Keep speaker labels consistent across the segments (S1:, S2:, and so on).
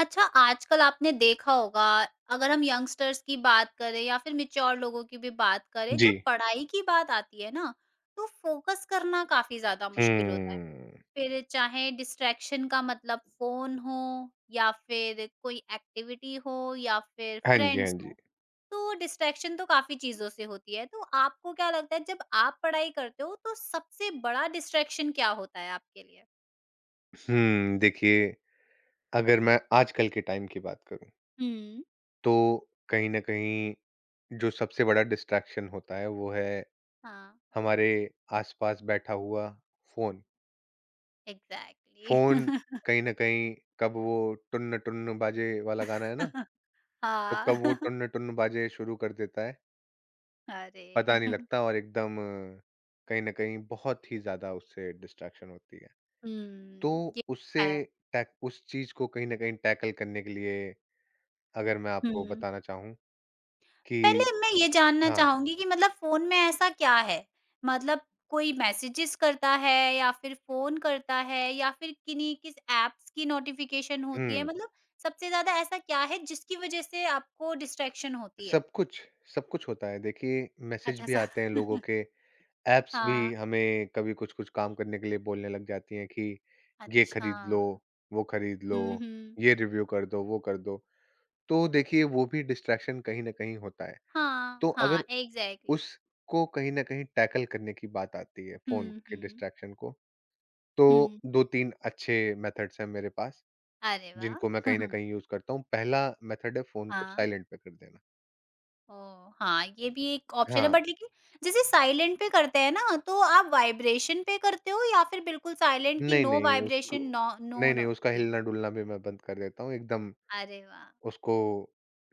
S1: अच्छा, आजकल आपने देखा होगा अगर हम यंगस्टर्स की बात करें या फिर मैच्योर लोगों की भी बात करें,
S2: जी।
S1: जब पढ़ाई की बात आती है ना, तो फोकस करना काफ़ी ज़्यादा मुश्किल होता है।
S2: हम्म।
S1: फिर चाहे डिस्ट्रैक्शन का मतलब फ़ोन हो या फिर कोई एक्टिविटी हो या फिर
S2: हाँ जी, हाँ
S1: फ्रेंड्स
S2: जी।
S1: हो, तो डिस्ट्रैक्शन तो काफ़ी चीज़ों से होती है। तो आपको क्या लगता है जब आप पढ़ाई करते हो तो सबसे बड़ा डिस्ट्रैक्शन क्या होता है आपके लिए?
S2: देखिए अगर मैं आजकल के टाइम की बात करूँ,
S1: हुँ।
S2: तो कहीं न कहीं जो सबसे बड़ा डिस्ट्रैक्शन होता है वो है
S1: हाँ,
S2: हमारे आस-पास बैठा हुआ फ़ोन।
S1: एग्ज़ैक्टली।
S2: फ़ोन कहीं न कहीं कब वो टुन्न टुन्न बाजे वाला गाना है ना, तो कब
S1: हाँ।
S2: वो टुन्न टुन्न बाजे शुरू कर देता है,
S1: अरे!
S2: पता नहीं लगता और एकदम कहीं न कहीं बहुत ही ज़्यादा उससे डिस्ट्रैक्शन होती है। तो
S1: हुँ, ये
S2: उससे
S1: तो है।
S2: टैक उस चीज़ को कहीं न कहीं टैकल करने के लिए अगर मैं आपको
S1: हुँ,
S2: बताना चाहूँ कि
S1: पहले मैं ये जानना
S2: हाँ,
S1: चाहूँगी कि मतलब फ़ोन में ऐसा क्या है? मतलब कोई मैसेजेस करता है या फिर फ़ोन करता है या फिर किन्हीं किस ऐप्स की नोटिफ़िकेशन होती है?
S2: हुँ,
S1: मतलब सबसे ज़्यादा ऐसा क्या है जिसकी वज़ह से आपको डिस्ट्रैक्शन होती है?
S2: सब कुछ, सब कुछ होता है। देखिए मैसेज
S1: अच्छा
S2: भी
S1: सा
S2: आते हैं लोगों के, ऐप्स भी
S1: हाँ,
S2: हमें कभी कुछ-कुछ काम करने के लिए बोलने लग जाती हैं कि ये
S1: अच्छा।
S2: खरीद लो, वो खरीद लो,
S1: हुँ, हुँ।
S2: ये रिव्यू कर दो, वो कर दो। तो देखिए वो भी डिस्ट्रैक्शन कहीं न कहीं होता है। तो
S1: हाँ,
S2: अगर
S1: हाँ, एग्ज़ैक्टली।
S2: उसको कहीं न कहीं टैकल करने की बात आती है फ़ोन
S1: हुँ,
S2: के
S1: हुँ।
S2: डिस्ट्रैक्शन को तो
S1: हुँ,
S2: 2-3 अच्छे मेथड्स हैं मेरे पास,
S1: अरे वाह!
S2: जिनको मैं कहीं न कहीं यूज़ करता हूँ। पहला मेथड है फ़ोन को
S1: हाँ।
S2: साइलेंट पे कर देना।
S1: ओह! हाँ, ये भी एक ऑप्शन है
S2: हाँ,
S1: बट लेकिन जैसे साइलेंट पे करते हैं ना, तो आप वाइब्रेशन पे करते हो या फिर बिल्कुल साइलेंट कि
S2: नहीं,
S1: नो
S2: नहीं उसको
S1: वाइब्रेशन, नो, नो,
S2: नहीं, नहीं
S1: नो
S2: उसका
S1: ट्यून?
S2: हिलना-डुलना भी मैं बंद कर देता हूँ, एकदम
S1: अरे वाह!
S2: उसको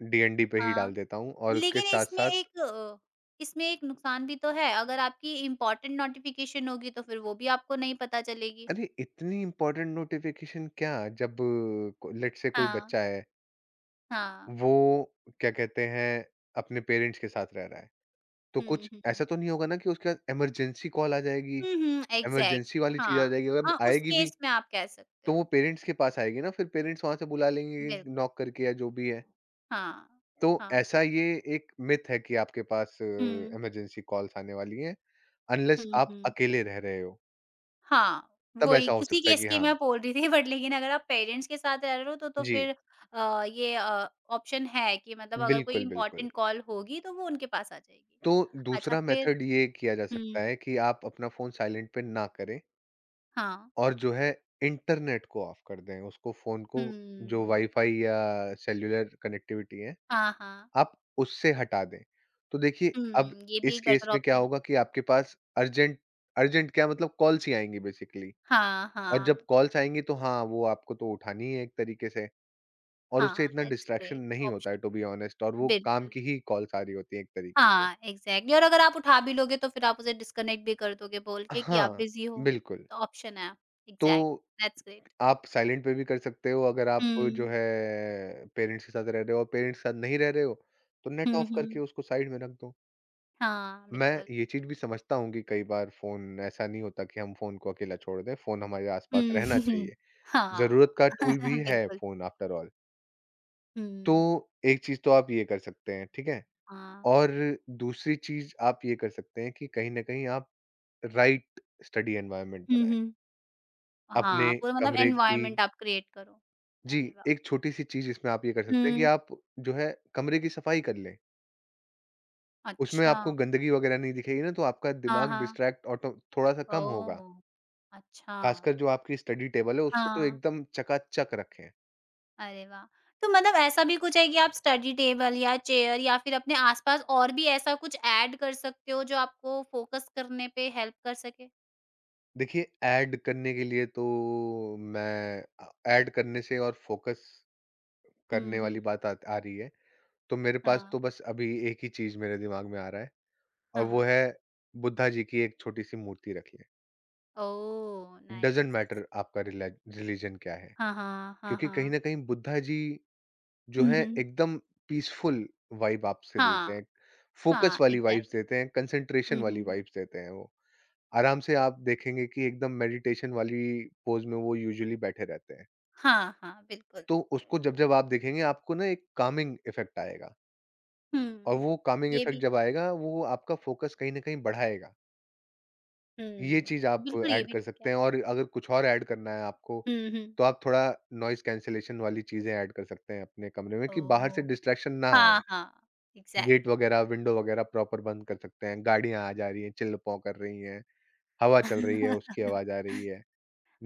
S2: डीएनडी पे ही डाल
S1: हाँ,
S2: देता हूँ और उसके
S1: लेकिन इसमें
S2: साथ-साथ
S1: एक अ, इसमें एक नुकसान भी तो है, अगर आपकी इम्पोर्टेंट नोटिफ़िकेशन होगी तो फिर वो भी आपको नहीं पता चलेगी।
S2: अरे! इतनी इम्पोर्टेंट नोटिफ़िकेशन क्या, जब को लेट्स से कोई
S1: हाँ,
S2: बच्चा है,
S1: हाँ।
S2: वो क्या कहते हैं, अपने पेरेंट्स के साथ रह रहा है, तो
S1: हुँ,
S2: कुछ
S1: हुँ।
S2: ऐसा तो नहीं होगा ना कि उसके पास इमरजेंसी कॉल आ जाएगी,
S1: हुँ, हुँ,
S2: इमरजेंसी
S1: एग्ज़ैक्टली
S2: वाली चीज़ आ
S1: हाँ,
S2: जाएगी, अगर
S1: हाँ, उस
S2: आएगी भी
S1: केस में आप कह सकते
S2: तो
S1: हो।
S2: वो पेरेंट्स के पास आएगी ना फिर पेरेंट्स वहाँ से बुला लेंगे
S1: बिल्कुल,
S2: नॉक करके या जो भी है।
S1: हाँ।
S2: तो
S1: हाँ,
S2: ऐसा
S1: बिल्कुल।
S2: ये एक मिथ है कि आपके पास
S1: हुँ।
S2: इमरजेंसी कॉल्स आने वाली हैं, अनलेस
S1: हुँ,
S2: आप
S1: हुँ।
S2: अकेले रह रहे हो,
S1: हाँ,
S2: तब ऐसा
S1: वही
S2: हो
S1: उसी
S2: सकता है
S1: केस
S2: कि
S1: की
S2: हाँ,
S1: मैं बोल रही थी बट लेकिन अगर आप पेरेंट्स के साथ रह रहे हो तो
S2: जी,
S1: फिर ये ऑप्शन है कि मतलब अगर कोई
S2: बिल्कुल, बिल्कुल।
S1: इम्पोर्टेंट कॉल होगी तो वो उनके पास आ जाएगी।
S2: तो
S1: अच्छा
S2: दूसरा
S1: फिर
S2: मेथड ये किया जा सकता
S1: हुँ,
S2: है कि आप अपना फ़ोन साइलेंट पे ना करें
S1: हाँ,
S2: और जो है इंटरनेट को ऑफ कर दें, उसको फ़ोन को जो
S1: हुँ,
S2: वाईफ़ाई या सेल्युलर कनेक्टिविटी है
S1: हाँ, हाँ,
S2: आप उससे हटा दें। तो देखिए
S1: हुँ,
S2: अब
S1: ये भी
S2: इस
S1: एक
S2: केस
S1: बेटर
S2: में क्या
S1: ऑप्शन है।
S2: होगा कि आपके पास अर्जेंट अर्जेंट क्या मतलब कॉल्स ही आएँगी बेसिकली
S1: हाँ,
S2: और
S1: हाँ,
S2: जब कॉल्स आएँगी तो हाँ, वो आपको तो उठानी ही है एक तरीके से और उससे
S1: हाँ,
S2: इतना
S1: दैट्स
S2: डिस्ट्रैक्शन
S1: ग्रेट
S2: नहीं होता है टू बी
S1: ऑप्शन
S2: ऑनेस्ट और वो काम की
S1: बिल्कुल।
S2: ही कॉल्स आ रही होती हैं एक तरीके से।
S1: हाँ, एग्ज़ैक्टली और अगर आप उठा भी लोगे तो फिर आप उसे डिस्कनेक्ट भी कर दोगे बोल के कि आप
S2: हाँ,
S1: बिज़ी हो,
S2: बिल्कुल।
S1: तो ऑप्शन है
S2: तो
S1: एग्ज़ैक्ट दैट्स ग्रेट।
S2: आप साइलेंट पे भी कर सकते हो अगर आप जो
S1: हुँ।
S2: है पेरेंट्स के साथ रह रहे हो और पेरेंट्स के साथ नहीं रह रहे हो, तो नेट
S1: हुँ,
S2: ऑफ करके
S1: हुँ।
S2: उसको साइड में रख दो।
S1: हाँ,
S2: मैं
S1: बिल्कुल।
S2: ये चीज़ भी समझता हूँ कि कई बार फ़ोन ऐसा नहीं होता कि हम फ़ोन को अकेला छोड़ दें, फ़ोन हमारे
S1: हुँ।
S2: आस-पास रहना चाहिए।
S1: हाँ।
S2: ज़रूरत का टूल भी है
S1: बिल्कुल।
S2: Phone after all. तो
S1: हुँ,
S2: एक चीज़ तो आप ये कर सकते हैं, ठीक है?
S1: हाँ।
S2: और दूसरी चीज़ आप ये कर सकते हैं कि कहीं न कहीं आप राइट स्टडी एनवायरनमेंट
S1: हुँ,
S2: बनाएँ।
S1: हुँ।
S2: अपने
S1: हाँ, पूरा मतलब
S2: कमरे की
S1: एनवायरनमेंट आप क्रिएट करो।
S2: जी,
S1: अरे वाह!
S2: एक छोटी-सी चीज़ इसमें आप ये कर सकते हैं कि
S1: हुँ।
S2: आप जो है कमरे की सफ़ाई कर लें। उसमें
S1: अच्छा।
S2: आपको गंदगी वग़ैरह नहीं दिखेगी ना तो आपका
S1: हाँ,
S2: दिमाग
S1: हाँ।
S2: डिस्ट्रैक्ट ऑटो थोड़ा-सा कम
S1: ओह!
S2: होगा।
S1: अच्छा।
S2: खासकर जो आपकी स्टडी टेबल है उसको तो
S1: हाँ।
S2: एकदम चकाचक रखें।
S1: अरे वाह! तो मतलब ऐसा भी कुछ है कि आप स्टडी टेबल या चेयर या फिर अपने आस-पास और भी ऐसा कुछ ऐड कर सकते हो जो आपको फोकस करने पे हेल्प कर सके?
S2: देखिए ऐड करने के लिए तो ऐड करने से और फ़ोकस
S1: हुँ,
S2: करने वाली
S1: हुँ।
S2: बात आत आ रही है, तो मेरे पास तो
S1: हाँ,
S2: बस अभी एक ही चीज़ मेरे दिमाग में आ रहा है और वो
S1: हाँ।
S2: है बुद्धा जी की एक छोटी-सी मूर्ति रख लें।
S1: ओह!
S2: Doesn't
S1: nice.
S2: मैटर आपका रिले रिलिजन क्या है,
S1: हाँ, हाँ, हाँ,
S2: क्योंकि कहीं
S1: हाँ।
S2: न कहीं बुद्धा जी जो
S1: हुँ,
S2: हैं
S1: हुँ।
S2: एकदम पीसफुल वाइब आपसे देते
S1: हाँ,
S2: हैं, फ़ोकस
S1: हाँ,
S2: वाली वाइब्स देते
S1: एग्ज़ैक्टली।
S2: हैं, कंसंट्रेशन
S1: हुँ,
S2: वाली
S1: हुँ।
S2: वाइब्स देते हैं वो। आराम से आप देखेंगे कि एकदम मेडिटेशन वाली पोज़ में वो यूजुअली बैठे रहते हैं।
S1: हाँ, हाँ, बिल्कुल।
S2: तो उसको जब-जब आप देखेंगे आपको ना एक कामिंग इफ़ेक्ट आएगा और
S1: हुँ,
S2: वो कामिंग
S1: ये
S2: इफ़ेक्ट
S1: भी
S2: जब
S1: है।
S2: आएगा वो आपका फ़ोकस कहीं न कहीं बढ़ाएगा। ये
S1: हुँ,
S2: चीज़ आप
S1: बिल्कुल ये
S2: ऐड
S1: भी
S2: कर
S1: ठीक है।
S2: सकते हैं और अगर कुछ और ऐड करना है आपको,
S1: हुँ, हुँ।
S2: तो आप थोड़ा नॉइज़ कैंसलेशन वाली चीज़ें ऐड कर सकते हैं अपने कमरे में कि बाहर से
S1: ओह!
S2: डिस्ट्रैक्शन ना आए।
S1: हाँ, हाँ,
S2: गेट
S1: एग्ज़ैक्टली।
S2: वगैरह, विंडो वगैरह प्रॉपर बंद कर सकते हैं, गाड़ियाँ आ जा रही हैं, चिल्ल-पॉं कर रही हैं, हवा चल रही है उसकी आवाज़ आ रही है।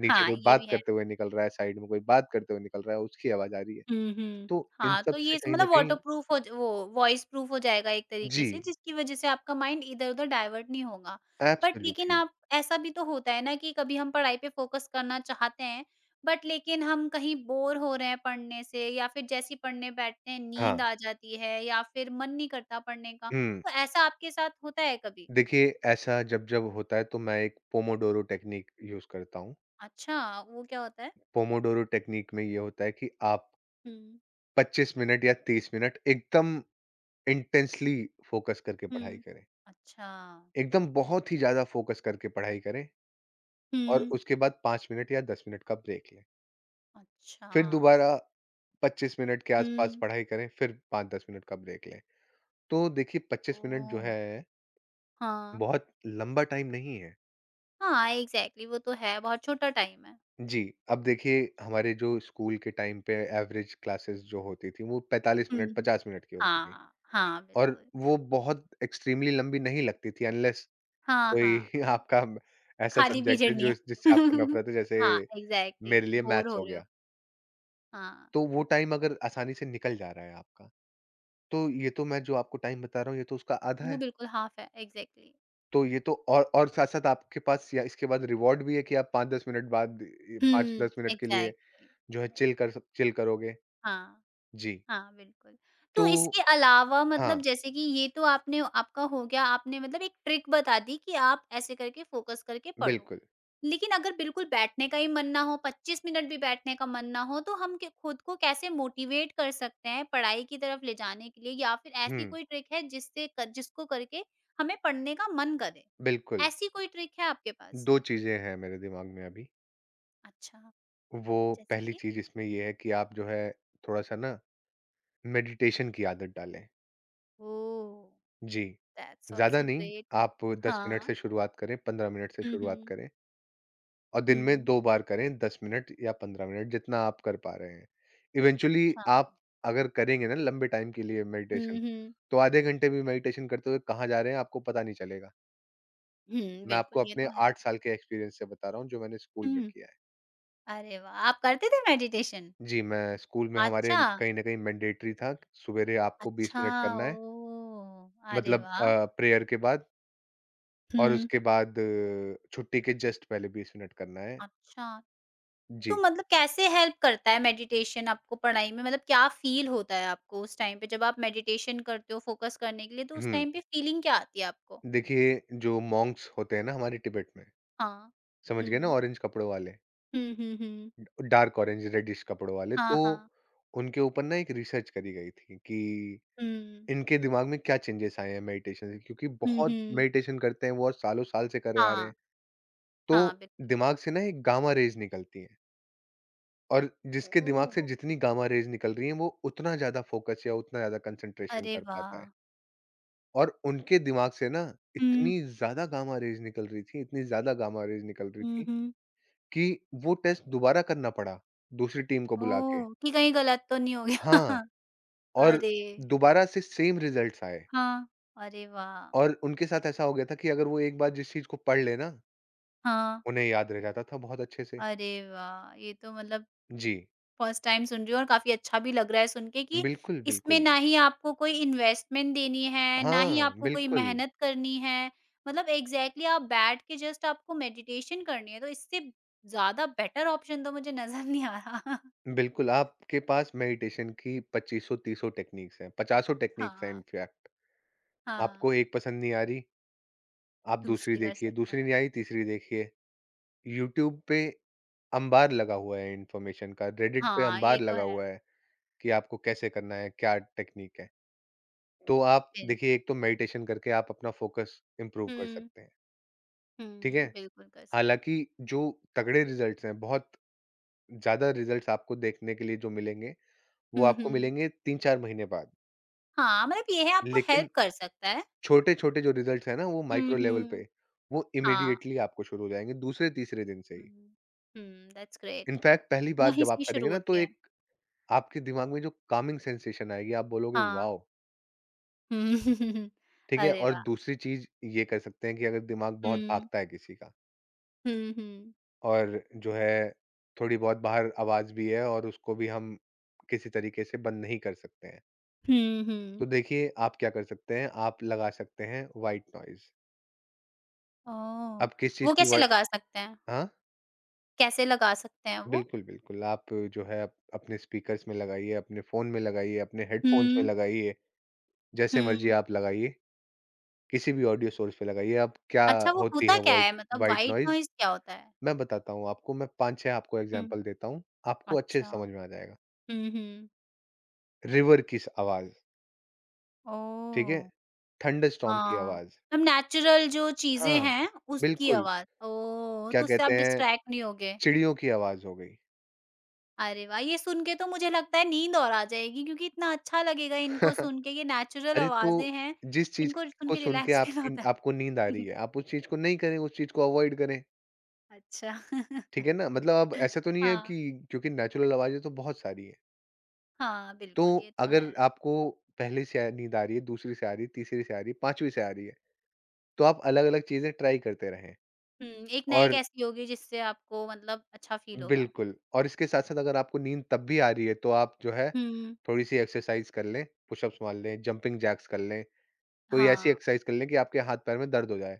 S2: नीचे
S1: हाँ,
S2: कोई
S1: ये
S2: बात
S1: भी है।
S2: करते हुए निकल रहा है, साइड में कोई बात करते हुए निकल रहा है, उसकी आवाज़ आ रही है।
S1: हुँ, हुँ।
S2: तो इन
S1: हाँ,
S2: सब
S1: तो
S2: से
S1: ये स
S2: कहीं न
S1: मतलब
S2: कहीं
S1: वाटरप्रूफ हो ज वो वॉइस प्रूफ हो जाएगा एक तरीके
S2: जी,
S1: से जिसकी वज़ह से आपका माइंड इधर-उधर डाइवर्ट नहीं होगा। बट लेकिन
S2: एब्सोल्युटली।
S1: आप ऐसा भी तो होता है ना कि कभी हम पढ़ाई पे फ़ोकस करना चाहते हैं, बट लेकिन हम कहीं बोर हो रहे हैं पढ़ने से या फिर जैसे ही पढ़ने बैठते हैं नींद
S2: हाँ,
S1: आ जाती है या फिर मन नहीं करता पढ़ने का।
S2: हुँ।
S1: तो ऐसा आपके साथ होता है कभी?
S2: देखिए, ऐसा जब-जब होता है, तो मैं एक पोमोडोरो टेक्नीक यूज़ करता हूँ।
S1: अच्छा, वो क्या होता है?
S2: पोमोडोरो टेक्नीक में ये होता है कि आप
S1: हुँ,
S2: 25 मिनट या 30 मिनट एकदम इंटेंसली फ़ोकस करके पढ़ाई
S1: हुँ।
S2: करें।
S1: अच्छा।
S2: एकदम बहुत ही ज़्यादा फ़ोकस करके पढ़ाई करें और
S1: हुँ।
S2: उसके बाद 5 मिनट या 10 मिनट का ब्रेक लें।
S1: अच्छा।
S2: फिर दोबारा 25 मिनट के आसपास
S1: हुँ।
S2: पढ़ाई करें, फिर 5-10 मिनट का ब्रेक लें। तो देखिए 25 मिनट जो
S1: ओह!
S2: है,
S1: हाँ।
S2: बहुत लंबा टाइम नहीं है।
S1: हाँ, एग्ज़ैक्टली वो तो है, बहुत छोटा टाइम है।
S2: जी, अब देखिए हमारे जो स्कूल के टाइम पे एवरेज क्लासेस जो होती थी, वो 45 मिनट,
S1: हुँ।
S2: 50 मिनट की होती थी
S1: हाँ, हाँ,
S2: और
S1: बिल्कुल।
S2: वो बहुत एक्सट्रीमली लंबी नहीं लगती थी अनलेस
S1: हाँ,
S2: कोई
S1: हाँ,
S2: आपका ऐसा
S1: खाली
S2: सब्जेक्ट है
S1: पीरियड नहीं
S2: जो
S1: है।
S2: जिससे आपको नफ़रत है, जैसे
S1: हाँ, एग्ज़ैक्टली
S2: मेरे लिए
S1: बोर
S2: मैथ्स
S1: हो
S2: हो
S1: रहे हो।
S2: गया।
S1: हाँ,
S2: तो वो टाइम अगर आसानी से निकल जा रहा है आपका, तो ये तो मैं जो आपको टाइम बता रहा हूँ, ये तो उसका आधा
S1: वो
S2: है।
S1: बिल्कुल हाफ़ है, एग्ज़ैक्टली।
S2: तो ये तो और साथ-साथ आपके पास या इसके बाद रिवॉर्ड भी है कि आप 5-10 मिनट बाद ये
S1: हुँ।
S2: 5-10 मिनट के लिए
S1: एग्ज़ैक्टली।
S2: जो है चिल कर सक चिल करोगे।
S1: हाँ,
S2: जी,
S1: हाँ, बिल्कुल।
S2: तो
S1: तो इसके अलावा मतलब
S2: हाँ,
S1: जैसे कि ये तो आपने आपका हो गया, आपने मतलब एक ट्रिक बता दी कि आप ऐसे करके फोकस करके पढ़ो।
S2: बिल्कुल।
S1: लेकिन अगर बिल्कुल बैठने का ही मन ना हो, 25 मिनट भी बैठने का मन ना हो, तो हम क खुद को कैसे मोटिवेट कर सकते हैं पढ़ाई की तरफ ले जाने के लिए या फिर ऐसी
S2: हुँ,
S1: कोई ट्रिक है जिससे क जिसको करके हमें पढ़ने का मन करे?
S2: बिल्कुल।
S1: ऐसी कोई ट्रिक है आपके पास?
S2: 2 चीज़ें हैं मेरे दिमाग में अभी।
S1: अच्छा,
S2: वो
S1: जैसे
S2: पहली
S1: कि?
S2: चीज़ इसमें ये है कि आप जो है थोड़ा-सा ना मेडिटेशन की आदत डालें।
S1: ओह!
S2: जी,
S1: दैट्स
S2: ज़्यादा
S1: ऑल्सो
S2: नहीं,
S1: ग्रेट।
S2: आप 10 मिनट
S1: हाँ।
S2: से शुरुआत करें, 15 मिनट से
S1: हुँ,
S2: शुरुआत
S1: हुँ।
S2: करें। और दिन में
S1: हुँ।
S2: 2 बार करें 10 मिनट या 15 मिनट जितना आप कर पा रहे हैं। इवेंचुअली
S1: अच्छा।
S2: आप अगर करेंगे ना लंबे टाइम के लिए
S1: हुँ,
S2: मेडिटेशन,
S1: हुँ।
S2: तो आधे घंटे भी मेडिटेशन करते हुए कहाँ जा रहे हैं आपको पता नहीं चलेगा।
S1: हुँ,
S2: मैं
S1: बिल्कुल
S2: आपको
S1: ये
S2: अपने
S1: तो है।
S2: 8 साल के एक्सपीरियंस से बता रहा हूँ जो मैंने स्कूल में
S1: हुँ।
S2: किया है।
S1: अरे वाह! आप करते थे मेडिटेशन?
S2: जी, मैं स्कूल में हमारे
S1: अच्छा।
S2: कहीं न कहीं मैंडेटरी था, सवेरे आपको 20
S1: अच्छा,
S2: मिनट करना है
S1: ओह! अरे वाह!
S2: प्रेयर के बाद और
S1: हुँ।
S2: उसके बाद छुट्टी के जस्ट पहले 20 मिनट करना है।
S1: अच्छा, तो
S2: जी।
S1: मतलब कैसे हेल्प करता है मेडिटेशन आपको पढ़ाई में? मतलब क्या फ़ील होता है आपको उस टाइम पे जब आप मेडिटेशन करते हो फोकस करने के लिए, तो उस
S2: हुँ,
S1: टाइम पे फ़ीलिंग क्या आती है आपको?
S2: देखिए जो मोंक्स होते हैं ना हमारे तिब्बत में
S1: हाँ।
S2: समझ गए ना
S1: हुँ।
S2: ऑरेंज कपड़ों वाले,
S1: हुँ, हुँ, हुँ।
S2: डार्क ऑरेंज रेडिश कपड़ों वाले। तो
S1: हाँ, हाँ।
S2: उनके ऊपर ना एक रिसर्च करी गई थी कि
S1: हुँ।
S2: इनके दिमाग में क्या चेंजेस आए हैं मेडिटेशन से क्योंकि
S1: हुँ,
S2: बहुत
S1: हुँ।
S2: मेडिटेशन करते हैं वो और सालों-साल से करे आ रहे
S1: हाँ,
S2: हैं। तो
S1: हाँ, बिल्कुल।
S2: दिमाग से ना एक गामा रेज़ निकलती हैं और जिसके दिमाग से
S1: ओह!
S2: जितनी गामा रेज़ निकल रही हैं वो उतना ज़्यादा फ़ोकस या उतना ज़्यादा कंसंट्रेशन
S1: अरे
S2: कर पाता है।
S1: वाह!
S2: और उनके दिमाग से ना
S1: हुँ।
S2: इतनी ज़्यादा गामा रेज़ निकल रही थी, इतनी ज़्यादा गामा रेज़ निकल रही
S1: हुँ,
S2: थी
S1: हुँ।
S2: कि वो टेस्ट दोबारा करना पड़ा, दूसरी टीम को बुला के।
S1: ओह! कि कहीं गलत तो नहीं हो गया?
S2: हाँ, और
S1: अरे!
S2: दोबारा से सेम रिज़ल्ट्स आए
S1: हाँ, अरे वाह!
S2: और उनके साथ ऐसा हो गया था कि अगर वो एक बार जिस चीज़ को पढ़ लें ना,
S1: हाँ।
S2: उन्हें याद रह जाता था बहुत अच्छे से।
S1: अरे वाह! ये तो मतलब
S2: जी,
S1: फर्स्ट टाइम सुन रही हूँ और काफ़ी अच्छा भी लग रहा है सुन के कि
S2: बिल्कुल,
S1: इसमें
S2: बिल्कुल।
S1: ना ही आपको कोई इन्वेस्टमेंट देनी है, ना ही
S2: हाँ,
S1: आपको कोई
S2: बिल्कुल।
S1: मेहनत करनी है। मतलब एग्ज़ैक्टली आप बैठ के जस्ट आपको मेडिटेशन करनी है, तो इससे ज़्यादा बेटर ऑप्शन तो मुझे नज़र नहीं आ रहा।
S2: बिल्कुल, आपके पास मेडिटेशन की 2500-3000 टेक्नीक्स हैं, 5000 टेक्नीक्स हैं
S1: हाँ,
S2: इनफैक्ट।
S1: हाँ,
S2: आपको एक पसंद नहीं आ रही, आप दूसरी
S1: दूसरी कर
S2: देखिए,
S1: सकते
S2: दूसरी
S1: हैं।
S2: नहीं आई, तीसरी देखिए। यूट्यूब पे अंबार लगा हुआ है इन्फॉर्मेशन का, रेडिट पे
S1: हाँ, ये
S2: अंबार
S1: तो
S2: लगा
S1: है,
S2: हुआ है। कि आपको कैसे करना है, क्या टेक्निक है। तो आप देखिए
S1: बिल्कुल।
S2: एक तो मेडिटेशन करके आप अपना फ़ोकस इम्प्रूव कर
S1: हुँ,
S2: सकते हैं, ठीक है?
S1: हुँ, बिल्कुल कर सकते हैं।
S2: हालाँकि जो तगड़े रिज़ल्ट्स हैं, बहुत ज़्यादा रिज़ल्ट्स आपको देखने के लिए जो मिलेंगे, वो
S1: हुँ,
S2: आपको
S1: हुँ।
S2: मिलेंगे 3-4 महीने बाद।
S1: हाँ, मतलब ये है आपको
S2: लेकिन
S1: हेल्प कर सकता है।
S2: छोटे-छोटे जो रिज़ल्ट्स हैं ना, वो
S1: हुँ,
S2: माइक्रो लेवल पे,
S1: हुँ।
S2: वो
S1: हाँ।
S2: इमीडिएटली आपको शुरू हो जाएँगे दूसरे-तीसरे दिन से ही।
S1: हुँ। हुँ, दैट्स ग्रेट।
S2: इनफैक्ट पहली बात
S1: वहीं
S2: जब
S1: से
S2: आप
S1: ही शुरू
S2: करेंगे ना, तो
S1: होती है।
S2: एक आपके दिमाग में जो कामिंग सेंसेशन आएगी, आप बोलोगे,
S1: हाँ।
S2: "वाओ!"
S1: हुँ।
S2: ठीक है?
S1: अरे
S2: और
S1: वाह!
S2: दूसरी चीज़ ये कर सकते हैं कि अगर दिमाग बहुत
S1: हुँ।
S2: भागता है किसी का
S1: हुँ, हुँ।
S2: और जो है थोड़ी बहुत बाहर आवाज़ भी है और उसको भी हम किसी तरीके से बंद नहीं कर सकते हैं।
S1: हुँ,
S2: तो
S1: हुँ।
S2: देखिए आप क्या कर सकते हैं, आप लगा सकते हैं व्हाइट नॉइज़।
S1: ओह!
S2: अब किस चीज़
S1: वो
S2: की
S1: कैसे
S2: व्हाइ
S1: लगा सकते हैं?
S2: हाँ?
S1: कैसे लगा सकते हैं वो?
S2: बिल्कुल, बिल्कुल। आप जो है अप अपने स्पीकर्स में लगाइए, अपने फ़ोन में लगाइए, अपने हेडफ़ोन्स में
S1: हुँ।
S2: लगाइए, जैसे मर्ज़ी
S1: हुँ।
S2: आप लगाइए, किसी भी ऑडियो सोर्स पे लगाइए। अब क्या
S1: अच्छा वो
S2: होती
S1: होता
S2: है
S1: क्या
S2: व्हाइट
S1: है? मतलब
S2: व्हाइट
S1: व्हाइट
S2: नॉइज़?
S1: नॉइज़ क्या होता है?
S2: मैं बताता हूँ आपको, मैं 5-6 आपको
S1: हुँ।
S2: एग्ज़ाम्पल देता हूँ, आपको अच्छे से
S1: अच्छा।
S2: समझ में आ जाएगा।
S1: हुँ, हुँ।
S2: रिवर की स आवाज़, ठीक है?
S1: ओह!
S2: थंडरस्टॉर्म की
S1: हाँ।
S2: आवाज़
S1: मतलब नेचुरल जो चीज़ें
S2: हाँ,
S1: हैं उसकी
S2: बिल्कुल,
S1: आवाज़। ओह!
S2: क्या
S1: तो उससे
S2: कहते
S1: आप
S2: हैं,
S1: डिस्ट्रैक्ट नहीं होगे।
S2: चिड़ियों की आवाज़ हो गई।
S1: अरे वाह! ये सुन के तो मुझे लगता है नींद और आ जाएगी क्योंकि इतना अच्छा लगेगा इनको सुन के, ये नेचुरल
S2: अरे, तो
S1: आवाज़ें हैं,
S2: जिस चीज़
S1: इनको सुन
S2: को
S1: के
S2: सुन के
S1: रिलैक्स फ़ील
S2: आपकी
S1: होता है।
S2: आपको नींद आ रही है, आप उस चीज़ को नहीं करें, उस चीज़ को अवॉइड करें,
S1: अच्छा।
S2: ठीक है ना? मतलब अब ऐसा तो नहीं है
S1: हाँ,
S2: कि क्योंकि नेचुरल आवाज़ें तो बहुत सारी हैं।
S1: हाँ,
S2: तो
S1: बिल्कुल ये तो
S2: अगर
S1: है।
S2: आपको पहली से नींद आ रही है, दूसरी से आ रही है, तीसरी से आ रही है, पाँचवीं से आ रही है, तो आप अलग-अलग चीज़ें ट्राई करते रहें।
S1: हुँ, एक ना एक
S2: और
S1: ऐसी होगी जिससे आपको मतलब अच्छा फ़ील होगा।
S2: बिल्कुल, और इसके साथ-साथ अगर आपको नींद तब भी आ रही है, तो आप जो है
S1: हुँ।
S2: थोड़ी-सी एक्सरसाइज़ कर लें, पुशअप्स मार लें, जंपिंग जैक्स कर लें, कोई ऐसी
S1: हाँ,
S2: एक्सरसाइज़ कर लें कि आपके हाथ-पैर में दर्द हो जाए,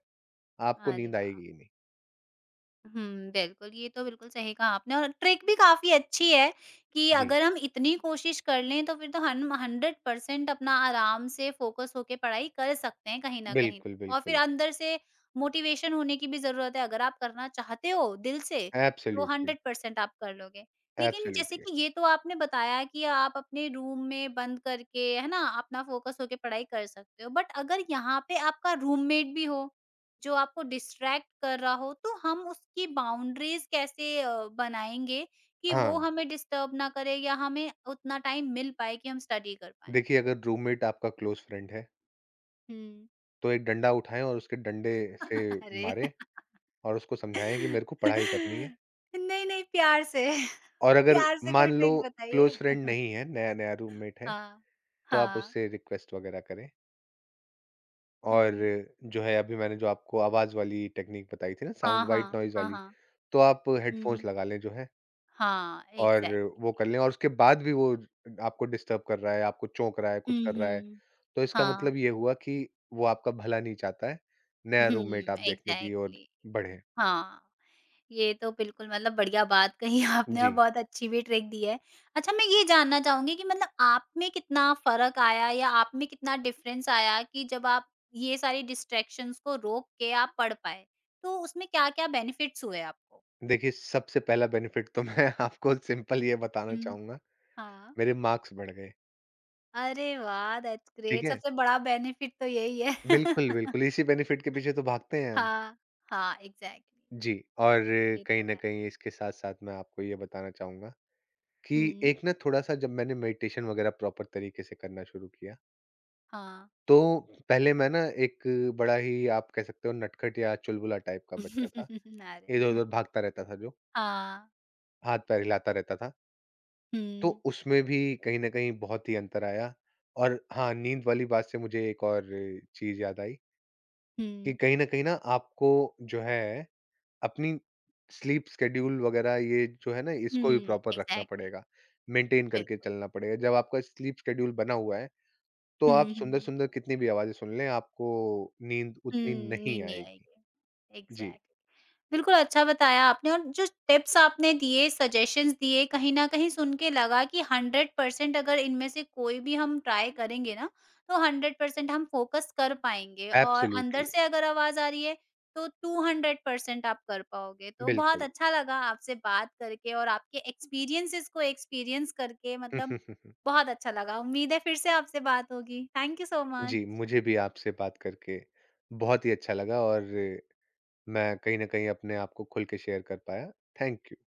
S2: आपको
S1: अरे
S2: नींद
S1: वाह!
S2: आएगी ही नहीं।
S1: हुँ, बिल्कुल, ये तो बिल्कुल सही कहा आपने और ट्रिक भी काफ़ी अच्छी है कि
S2: जी,
S1: अगर हम इतनी कोशिश कर लें तो फिर तो हम 100% अपना आराम से फ़ोकस होके पढ़ाई कर सकते हैं कहीं न कहीं।
S2: बिल्कुल,
S1: और फिर
S2: बिल्कुल।
S1: अंदर से मोटिवेशन होने की भी ज़रूरत है, अगर आप करना चाहते हो दिल से तो
S2: एब्सोल्यूटली,
S1: 100% आप कर लोगे। लेकिन जैसे
S2: एब्सोल्यूटली।
S1: कि ये तो आपने बताया कि आप अपने रूम में बंद करके है ना, अपना फ़ोकस होके पढ़ाई कर सकते हो। बट अगर यहाँ पे आपका रूममेट भी हो जो आपको डिस्ट्रैक्ट कर रहा हो, तो हम उसकी बाउंड्रीज़ कैसे बनाएँगे कि वो
S2: हाँ,
S1: हमें डिस्टर्ब ना करे या हमें उतना टाइम मिल पाए कि हम स्टडी कर पाएँ?
S2: देखिए अगर रूममेट आपका क्लोज़ फ्रेंड है,
S1: हुँ।
S2: तो एक डंडा उठाएँ और उसके डंडे से
S1: अरे!
S2: मारें और उसको समझाएँ कि मेरे को पढ़ाई करनी है
S1: नहीं, नहीं प्यार से,
S2: और अगर
S1: प्यार से
S2: मान
S1: कोई
S2: लो
S1: ट्रिक बताइए।
S2: क्लोज़ फ्रेंड नहीं है, नया-नया रूममेट है,
S1: हाँ,
S2: तो आप
S1: हाँ।
S2: उससे रिक्वेस्ट वगैरह करें। और
S1: हुँ।
S2: जो है अभी मैंने जो आपको आवाज़ वाली टेक्नीक बताई थी ना
S1: हाँ,
S2: साउंड व्हाइट
S1: हाँ।
S2: नॉइज़
S1: हाँ,
S2: वाली,
S1: हाँ।
S2: तो आप हेडफ़ोन्स
S1: हुँ।
S2: लगा लें जो है
S1: हाँ,
S2: और वो कर
S1: एग्ज़ैक्टली।
S2: लें और उसके बाद भी वो आपको डिस्टर्ब कर रहा है, आपको चौंक रहा है, कुछ
S1: हुँ,
S2: कर रहा है,
S1: हुँ।
S2: तो इसका
S1: हाँ।
S2: मतलब ये हुआ कि वो आपका भला नहीं चाहता है, नया
S1: हुँ,
S2: रूममेट आप देखने की ओर
S1: एग्ज़ैक्टली।
S2: बढ़े।
S1: हाँ। ये तो बिल्कुल मतलब बढ़िया बात कही आपने और
S2: जी,
S1: बहुत अच्छी भी ट्रिक दी है। अच्छा मैं ये जानना चाहूँगी कि मतलब आप में कितना फ़र्क आया या आप में कितना डिफ़रेंस आया कि जब आप ये सारी डिस्ट्रैक्शंस को रोक के आप पढ़ पाए? तो उसमें क्या-क्या बेनिफिट्स हुए आपको?
S2: देखिए सबसे पहला बेनिफिट तो मैं आपको सिंपल ये बताना
S1: हुँ।
S2: चाहूँगा,
S1: हाँ।
S2: मेरे मार्क्स बढ़ गए,
S1: अरे वाह! दैट्स
S2: ठीक
S1: ग्रेट।
S2: है?
S1: सबसे बड़ा बेनिफिट तो यही है।
S2: बिल्कुल, बिल्कुल, इसी बेनिफिट के पीछे तो भागते हैं हम।
S1: हाँ। हाँ, एग्ज़ैक्टली
S2: जी, और
S1: ये
S2: कहीं
S1: तो
S2: न
S1: है।
S2: कहीं इसके साथ-साथ मैं आपको ये बताना चाहूँगा कि
S1: हुँ।
S2: एक ना थोड़ा-सा जब मैंने मेडिटेशन वग़ैरह प्रॉपर तरीके से करना शुरू किया,
S1: हाँ।
S2: तो पहले मैं ना एक बड़ा ही आप कह सकते हो नटखट या चुलबुला टाइप का बच्चा था।
S1: अरे!
S2: इधर-उधर भागता रहता था जो,
S1: हाँ।
S2: हाथ-पैर हिलाता रहता था।
S1: हुँ,
S2: तो उसमें भी कहीं न कहीं बहुत ही अंतर आया और हाँ, नींद वाली बात से मुझे एक और चीज़ याद आई कि
S1: हुँ,
S2: कहीं न कहीं ना आपको जो है अपनी स्लीप शेड्यूल वगैरह ये जो है ना
S1: हुँ,
S2: इसको भी प्रॉपर रखना
S1: एग्ज़ैक्टली।
S2: पड़ेगा, मेंटेन करके
S1: बिल्कुल।
S2: चलना पड़ेगा। जब आपका स्लीप शेड्यूल बना हुआ है, तो आप
S1: हुँ, हुँ।
S2: सुंदर-सुंदर कितनी भी आवाज़ें सुन लें, आपको नींद
S1: हुँ,
S2: उतनी नहीं
S1: नींद नहीं
S2: आएगी।
S1: आएगी।
S2: जी,
S1: एग्ज़ैक्ट बिल्कुल अच्छा बताया आपने और जो टिप्स आपने दिए, सजेशंस दिए, कहीं न कहीं सुन के लगा कि 100% अगर इनमें से कोई भी हम ट्राई करेंगे ना, तो 100% हम फ़ोकस कर पाएँगे और अंदर
S2: एब्सोल्युटली,
S1: से अगर आवाज़ आ रही है, तो 200% आप कर पाओगे। तो बहुत
S2: बिल्कुल।
S1: अच्छा लगा आपसे बात करके और आपके एक्सपीरियंसेस को एक्सपीरियंस करके मतलब बहुत अच्छा लगा। उम्मीद है फिर से आपसे बात होगी। थैंक यू सो
S2: जी,
S1: मच।
S2: मुझे भी आपसे बात करके बहुत ही अच्छा लगा और मैं कहीं न कहीं अपने आप को खुल के शेयर कर पाया। Thank you.